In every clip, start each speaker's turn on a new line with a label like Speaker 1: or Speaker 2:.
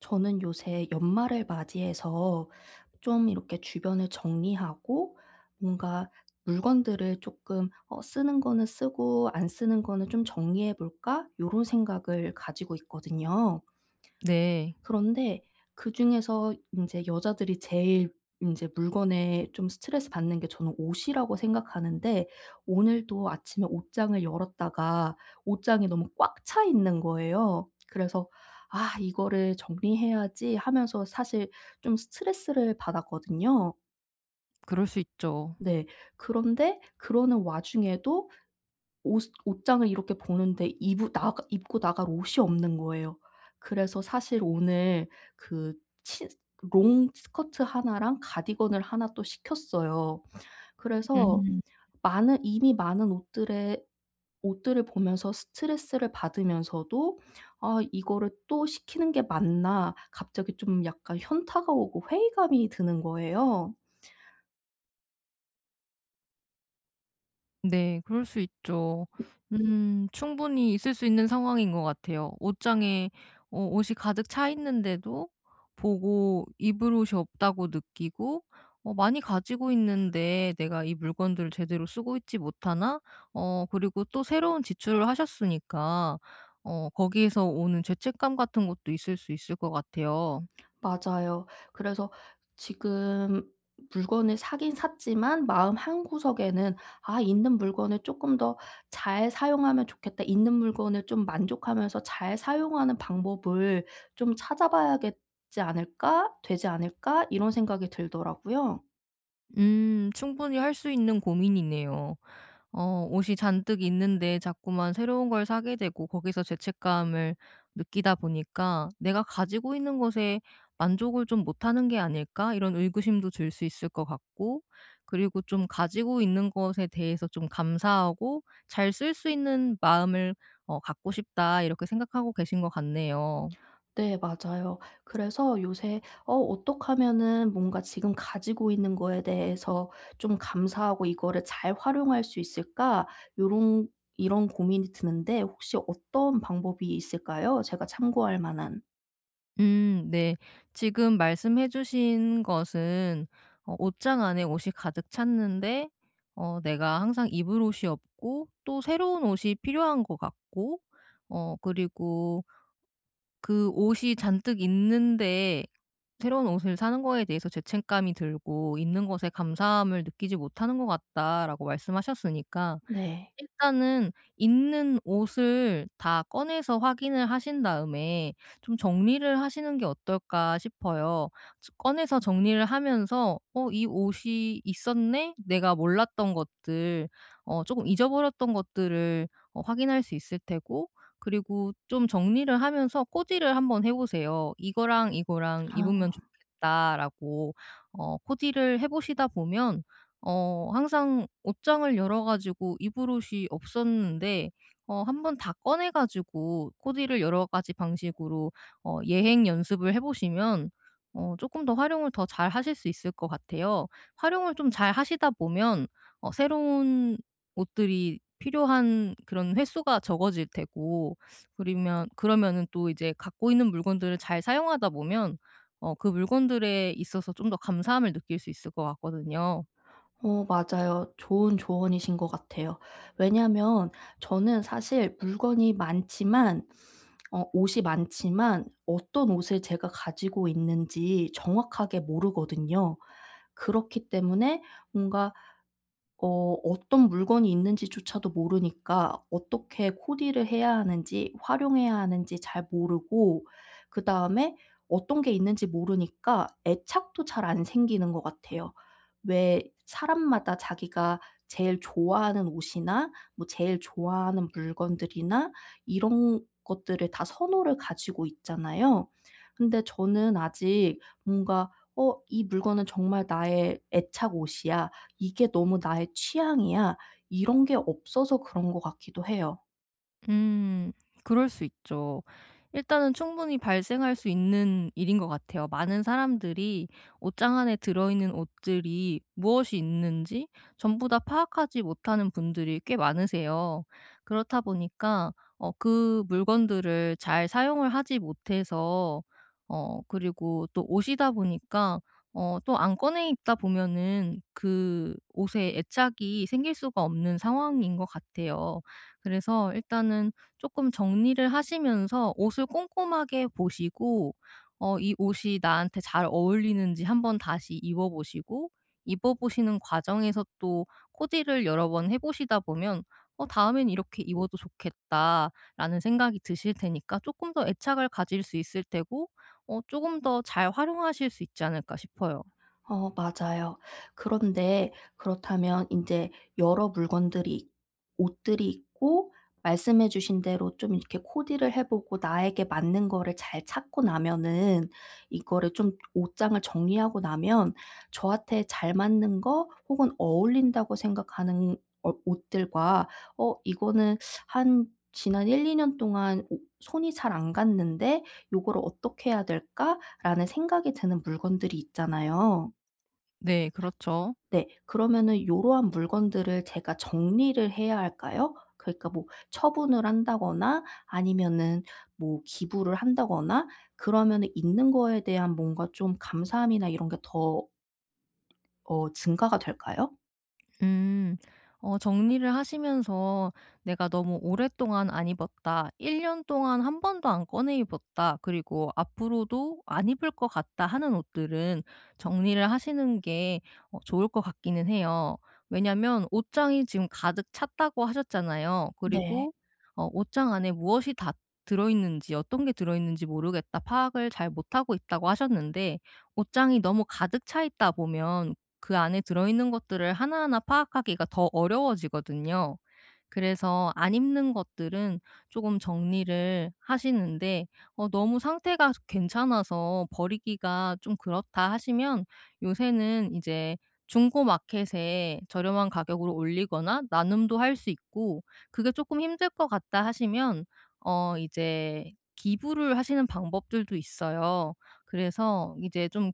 Speaker 1: 저는 요새 연말을 맞이해서 좀 이렇게 주변을 정리하고 뭔가 물건들을 조금 '어 쓰는 거는 쓰고 안 쓰는 거는 좀 정리해 볼까?' 요런 생각을 가지고 있거든요.
Speaker 2: 네.
Speaker 1: 그런데 그중에서 인제 여자들이 제일 인제 물건에 좀 스트레스 받는 게 저는 옷이라고 생각하는데, 오늘도 아침에 옷장을 열었다가 옷장이 너무 꽉 차 있는 거예요. 그래서 '아 이거를 정리해야지.' 하면서 사실 좀 스트레스를 받았거든요.
Speaker 2: 그럴 수 있죠.
Speaker 1: 네. 그런데 그러는 와중에도 옷 옷장을 이렇게 보는데 입으 나가 입고 나갈 옷이 없는 거예요. 그래서 사실 오늘 그 치 롱 스커트 하나랑 가디건을 하나 또 시켰어요. 그래서
Speaker 2: 음.
Speaker 1: 많은 이미 많은 옷들의 옷들을 보면서 스트레스를 받으면서도 '아 이거를 또 시키는 게 맞나?' 갑자기 좀 약간 현타가 오고 회의감이 드는 거예요.
Speaker 2: 네. 그럴 수 있죠. 충분히 있을 수 있는 상황인 것 같아요. 옷장에 옷이 가득 차 있는데도 보고 입을 옷이 없다고 느끼고 '어 많이 가지고 있는데 내가 이 물건들을 제대로 쓰고 있지 못하나?' 그리고 또 새로운 지출을 하셨으니까 거기에서 오는 죄책감 같은 것도 있을 수 있을 것 같아요.
Speaker 1: 맞아요. 그래서 지금 물건을 사긴 샀지만 마음 한구석에는 '아 있는 물건을 쪼끔 더 잘 사용하면 좋겠다. 있는 물건을 좀 만족하면서 잘 사용하는 방법을 좀 찾아봐야겠지 않을까? 되지 않을까?' 이런 생각이 들더라고요.
Speaker 2: 충분히 할 수 있는 고민이네요. 옷이 잔뜩 있는데 자꾸만 새로운 걸 사게 되고 거기서 죄책감을 느끼다 보니까 '내가 가지고 있는 것에 만족을 좀 못하는 게 아닐까?' 이런 의구심도 들 수 있을 것 같고, 그리고 좀 가지고 있는 것에 대해서 좀 감사하고 '잘 쓸 수 있는 마음을 갖고 싶다.' 이렇게 생각하고 계신 것 같네요.
Speaker 1: 네 맞아요. 그래서 요새 어떻게 하면은 뭔가 지금 가지고 있는 거에 대해서 좀 감사하고 이거를 잘 활용할 수 있을까? 요런 이런 고민이 드는데 혹시 어떤 방법이 있을까요? 제가 참고할 만한.
Speaker 2: 네. 지금 말씀해 주신 것은, 옷장 안에 옷이 가득 찼는데 내가 항상 입을 옷이 없고, 또 새로운 옷이 필요한 것 같고, 그리고 그 옷이 잔뜩 있는데 새로운 옷을 사는 거에 대해서 죄책감이 들고 '있는 것에 감사함을 느끼지 못하는 것 같다.'라고 말씀하셨으니까,
Speaker 1: 네.
Speaker 2: 일단은 있는 옷을 다 꺼내서 확인을 하신 다음에 좀 정리를 하시는 게 어떨까 싶어요. 꺼내서 정리를 하면서 '어 이 옷이 있었네. 내가 몰랐던 것들, 조금 잊어버렸던 것들을 확인할 수 있을 테고.' 그리고 좀 정리를 하면서 코디를 한번 해 보세요. '이거랑 이거랑
Speaker 1: 아.
Speaker 2: 입으면 좋겠다.'라고 코디를 해 보시다 보면, 항상 옷장을 열어 가지고 입을 옷이 없었는데 한 번 다 꺼내 가지고 코디를 여러 가지 방식으로 예행 연습을 해 보시면, 어금더 활용을 더 잘하실 수 있을 것 같아요. 활용을 좀 잘하시다 보면 새로운 옷들이 필요한 그런 횟수가 적어질 테고, 그러면은 또 이제 갖고 있는 물건들을 잘 사용하다 보면 그 물건들에 있어서 좀 더 감사함을 느낄 수 있을 것 같거든요.
Speaker 1: 어 맞아요. 좋은 조언이신 것 같아요. 왜냐하면 저는 사실 물건이 많지만 옷이 많지만 어떤 옷을 제가 가지고 있는지 정확하게 모르거든요. 그렇기 때문에 뭔가 어떤 물건이 있는지조차도 모르니까 어떻게 코디를 해야 하는지 활용해야 하는지 잘 모르고, 그다음에 어떤 게 있는지 모르니까 애착도 잘 안 생기는 것 같아요. 왜 사람마다 자기가 제일 좋아하는 옷이나 뭐 제일 좋아하는 물건들이나 이런 것들을 다 선호를 가지고 있잖아요. 근데 저는 아직 뭔가 '어 이 물건은 정말 나의 애착 옷이야.', '이게 너무 나의 취향이야.' 이런 게 없어서 그런 것 같기도 해요.
Speaker 2: 음. 그럴 수 있죠. 일단은 충분히 발생할 수 있는 일인 것 같아요. 많은 사람들이 옷장 안에 들어있는 옷들이 무엇이 있는지 전부 다 파악하지 못하는 분들이 꽤 많으세요. 그렇다 보니까 그 물건들을 잘 사용을 하지 못해서, 그리고 또 옷이다 보니까 또 안 꺼내 입다 보면은 그 옷에 애착이 생길 수가 없는 상황인 것 같아요. 그래서 일단은 조금 정리를 하시면서 옷을 꼼꼼하게 보시고, 이 옷이 나한테 잘 어울리는지 한번 다시 입어 보시고, 입어 보시는 과정에서 또 코디를 여러 번 해 보시다 보면 '어 다음엔 이렇게 입어도 좋겠다.'라는 생각이 드실 테니까 조금 더 애착을 가질 수 있을 테고, 조금 더 잘 활용하실 수 있지 않을까 싶어요.
Speaker 1: 어 맞아요. 그런데 그렇다면 이제 여러 물건들이 옷들이 있고 말씀해 주신 대로 좀 이렇게 코디를 해 보고 나에게 맞는 거를 잘 찾고 나면은 이거를 좀 옷장을 정리하고 나면 저한테 잘 맞는 거 혹은 어울린다고 생각하는 옷들과 이거는 한 지난 1-2년 동안 오 손이 잘 안 갔는데 요거를 어떻게 해야 될까라는 생각이 드는 물건들이 있잖아요.
Speaker 2: 네, 그렇죠.
Speaker 1: 네. 그러면은 요러한 물건들을 제가 정리를 해야 할까요? 그러니까 뭐 처분을 한다거나 아니면은 뭐 기부를 한다거나 그러면은 있는 거에 대한 뭔가 좀 감사함이나 이런 게 더 증가가 될까요?
Speaker 2: 음. 정리를 하시면서 '내가 너무 오랫동안 안 입었다. 1년 동안 한 번도 안 꺼내 입었다. 그리고 앞으로도 안 입을 것 같다.' 하는 옷들은 정리를 하시는 게 좋을 것 같기는 해요. 왜냐면 옷장이 지금 가득 찼다고 하셨잖아요.
Speaker 1: 네.
Speaker 2: 그리고 옷장 안에 무엇이 다 들어 있는지, 어떤 게 들어 있는지 모르겠다, 파악을 잘 못하고 있다고 하셨는데, 옷장이 너무 가득 차 있다 보면 그 안에 들어있는 것들을 하나하나 파악하기가 더 어려워지거든요. 그래서 안 입는 것들은 조금 정리를 하시는데, 너무 상태가 괜찮아서 버리기가 좀 그렇다 하시면, 요새는 이제 중고 마켓에 저렴한 가격으로 올리거나 나눔도 할 수 있고, 그게 조금 힘들 것 같다 하시면 이제 기부를 하시는 방법들도 있어요. 그래서 이제 좀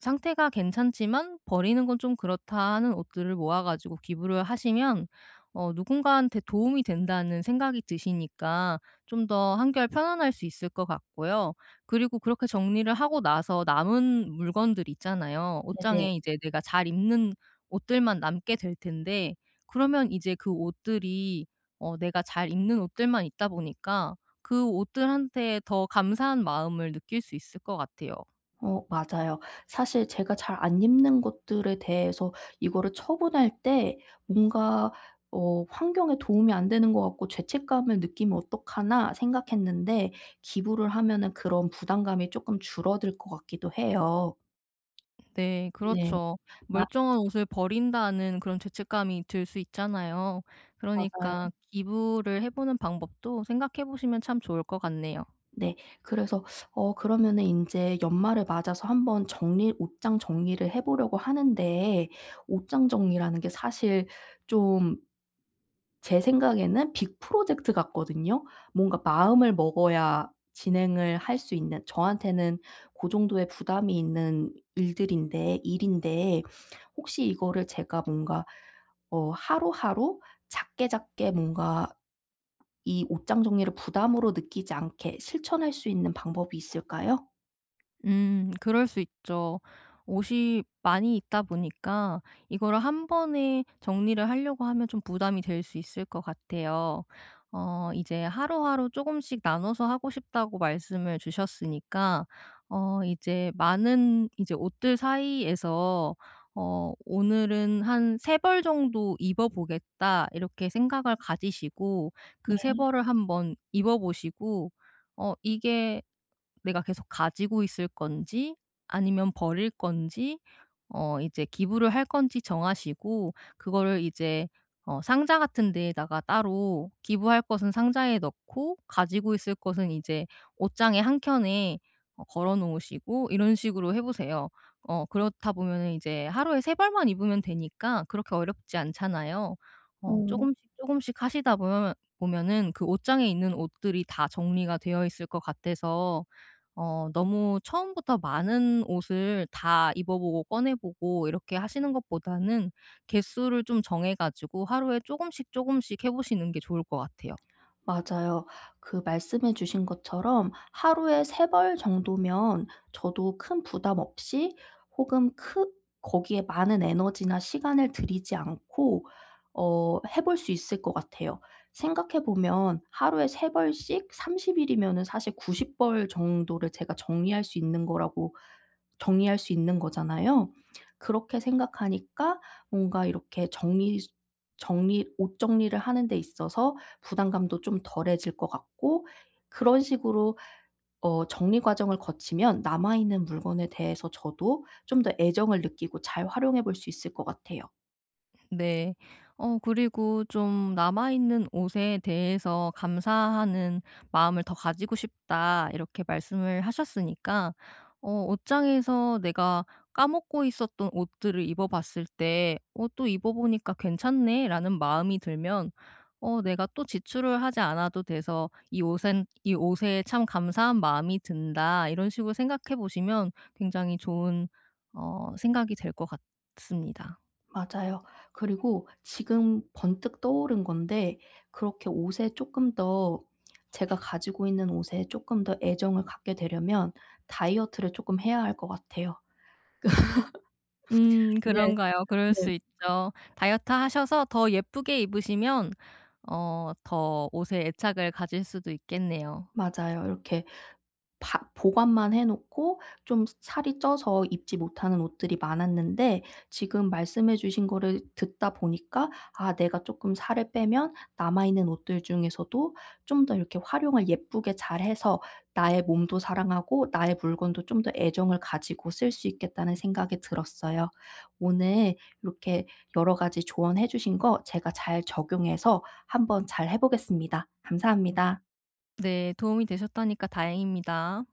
Speaker 2: 상태가 괜찮지만 "버리는 건 좀 그렇다." 하는 옷들을 모아 가지고 기부를 하시면 누군가한테 도움이 된다는 생각이 드시니까 좀 더 한결 편안할 수 있을 것 같고요. 그리고 그렇게 정리를 하고 나서 남은 물건들 있잖아요.
Speaker 1: 네네.
Speaker 2: 옷장에 이제 내가 잘 입는 옷들만 남게 될 텐데, 그러면 이제 그 옷들이 내가 잘 입는 옷들만 있다 보니까 그 옷들한테 더 감사한 마음을 느낄 수 있을 것 같아요.
Speaker 1: 어 맞아요. 사실 제가 잘 안 입는 것들에 대해서 이거를 처분할 때 뭔가 '환경에 도움이 안 되는 것 같고 죄책감을 느끼면 어떡하나.' 생각했는데 기부를 하면은 그런 부담감이 조금 줄어들 것 같기도 해요.
Speaker 2: 네,
Speaker 1: 네.
Speaker 2: 그렇죠.
Speaker 1: 마
Speaker 2: 멀쩡한 옷을 버린다는 그런 죄책감이 들 수 있잖아요.
Speaker 1: 맞아요.
Speaker 2: 그러니까 기부를 해 보는 방법도 생각해 보시면 참 좋을 것 같네요.
Speaker 1: 네. 그래서 그러면은 이제 연말을 맞아서 한번 정리 옷장 정리를 해 보려고 하는데 옷장 정리라는 게 사실 좀 제 생각에는 빅 프로젝트 같거든요. 뭔가 마음을 먹어야 진행을 할 수 있는 저한테는 그 정도의 부담이 있는 일들인데 일인데, 혹시 이거를 제가 뭔가 하루하루 작게 작게 뭔가 이 옷장 정리를 부담으로 느끼지 않게 실천할 수 있는 방법이 있을까요?
Speaker 2: 그럴 수 있죠. 옷이 많이 있다 보니까 이거를 한 번에 정리를 하려고 하면 좀 부담이 될 수 있을 것 같아요. 이제 하루하루 조금씩 나눠서 하고 싶다고 말씀을 주셨으니까, 이제 많은 이제 옷들 사이에서 '오늘은 한 세벌 정도 입어 보겠다.' 이렇게 생각을 가지시고 그 세 벌을 한번 입어 보시고, 이게 내가 계속 가지고 있을 건지, 아니면 버릴 건지, 이제 기부를 할 건지 정하시고, 그거를 이제 상자 같은 데에다가 따로 기부할 것은 상자에 넣고, 가지고 있을 것은 이제 옷장의 한 켠에 걸어 놓으시고, 이런 식으로 해 보세요. 그렇다 보면은 이제 하루에 세 벌만 입으면 되니까 그렇게 어렵지 않잖아요.
Speaker 1: 어.
Speaker 2: 쪼금씩 쪼금씩 하시다 보면, 보면은 그 옷장에 있는 옷들이 다 정리가 되어 있을 것 같아서, 너무 처음부터 많은 옷을 다 입어 보고 꺼내 보고 이렇게 하시는 것보다는 개수를 좀 정해 가지고 하루에 조금씩 조금씩 해 보시는 게 좋을 것 같아요.
Speaker 1: 맞아요. 그 말씀해 주신 것처럼 하루에 3벌 정도면 저도 큰 부담 없이 혹은 크 거기에 많은 에너지나 시간을 들이지 않고 해볼 수 있을 것 같아요. 생각해 보면 하루에 3 벌씩 30 일이면은 사실 90벌 정도를 제가 정리할 수 있는 거잖아요. 그렇게 생각하니까 뭔가 이렇게 정리 정리 옷 정리를 하는 데 있어서 부담감도 좀 덜해질 것 같고, 그런 식으로 정리 과정을 거치면 남아 있는 물건에 대해서 저도 좀 더 애정을 느끼고 잘 활용해 볼 수 있을 것 같아요.
Speaker 2: 네. 그리고 좀 '남아 있는 옷에 대해서 감사하는 마음을 더 가지고 싶다.' 이렇게 말씀을 하셨으니까, 옷장에서 내가 까먹고 있었던 옷들을 입어 봤을 때 '어 또 입어 보니까 괜찮네.'라는 마음이 들면 내가 또 지출을 하지 않아도 돼서 '이 옷에 참 감사한 마음이 든다.' 이런 식으로 생각해 보시면 굉장히 좋은 생각이 될 것 같습니다.
Speaker 1: 맞아요. 그리고 지금 번뜩 떠오른 건데, 그렇게 옷에 조금 더 제가 가지고 있는 옷에 조금 더 애정을 갖게 되려면 다이어트를 조금 해야 할 것 같아요. 네.
Speaker 2: 그런가요? 그럴 수
Speaker 1: 네.
Speaker 2: 있죠. 다이어트 하셔서 더 예쁘게 입으시면 더 옷에 애착을 가질 수도 있겠네요.
Speaker 1: 맞아요. 이렇게 바 보관만 해 놓고 좀 살이 쪄서 입지 못하는 옷들이 많았는데 지금 말씀해 주신 거를 듣다 보니까 '아 내가 조금 살을 빼면 남아 있는 옷들 중에서도 좀 더 이렇게 활용을 예쁘게 잘해서 나의 몸도 사랑하고 나의 물건도 좀 더 애정을 가지고 쓸 수 있겠다.'는 생각이 들었어요. 오늘 이렇게 여러 가지 조언해 주신 거 제가 잘 적용해서 한번 잘 해 보겠습니다. 감사합니다.
Speaker 2: 네, 도움이 되셨다니까 다행입니다.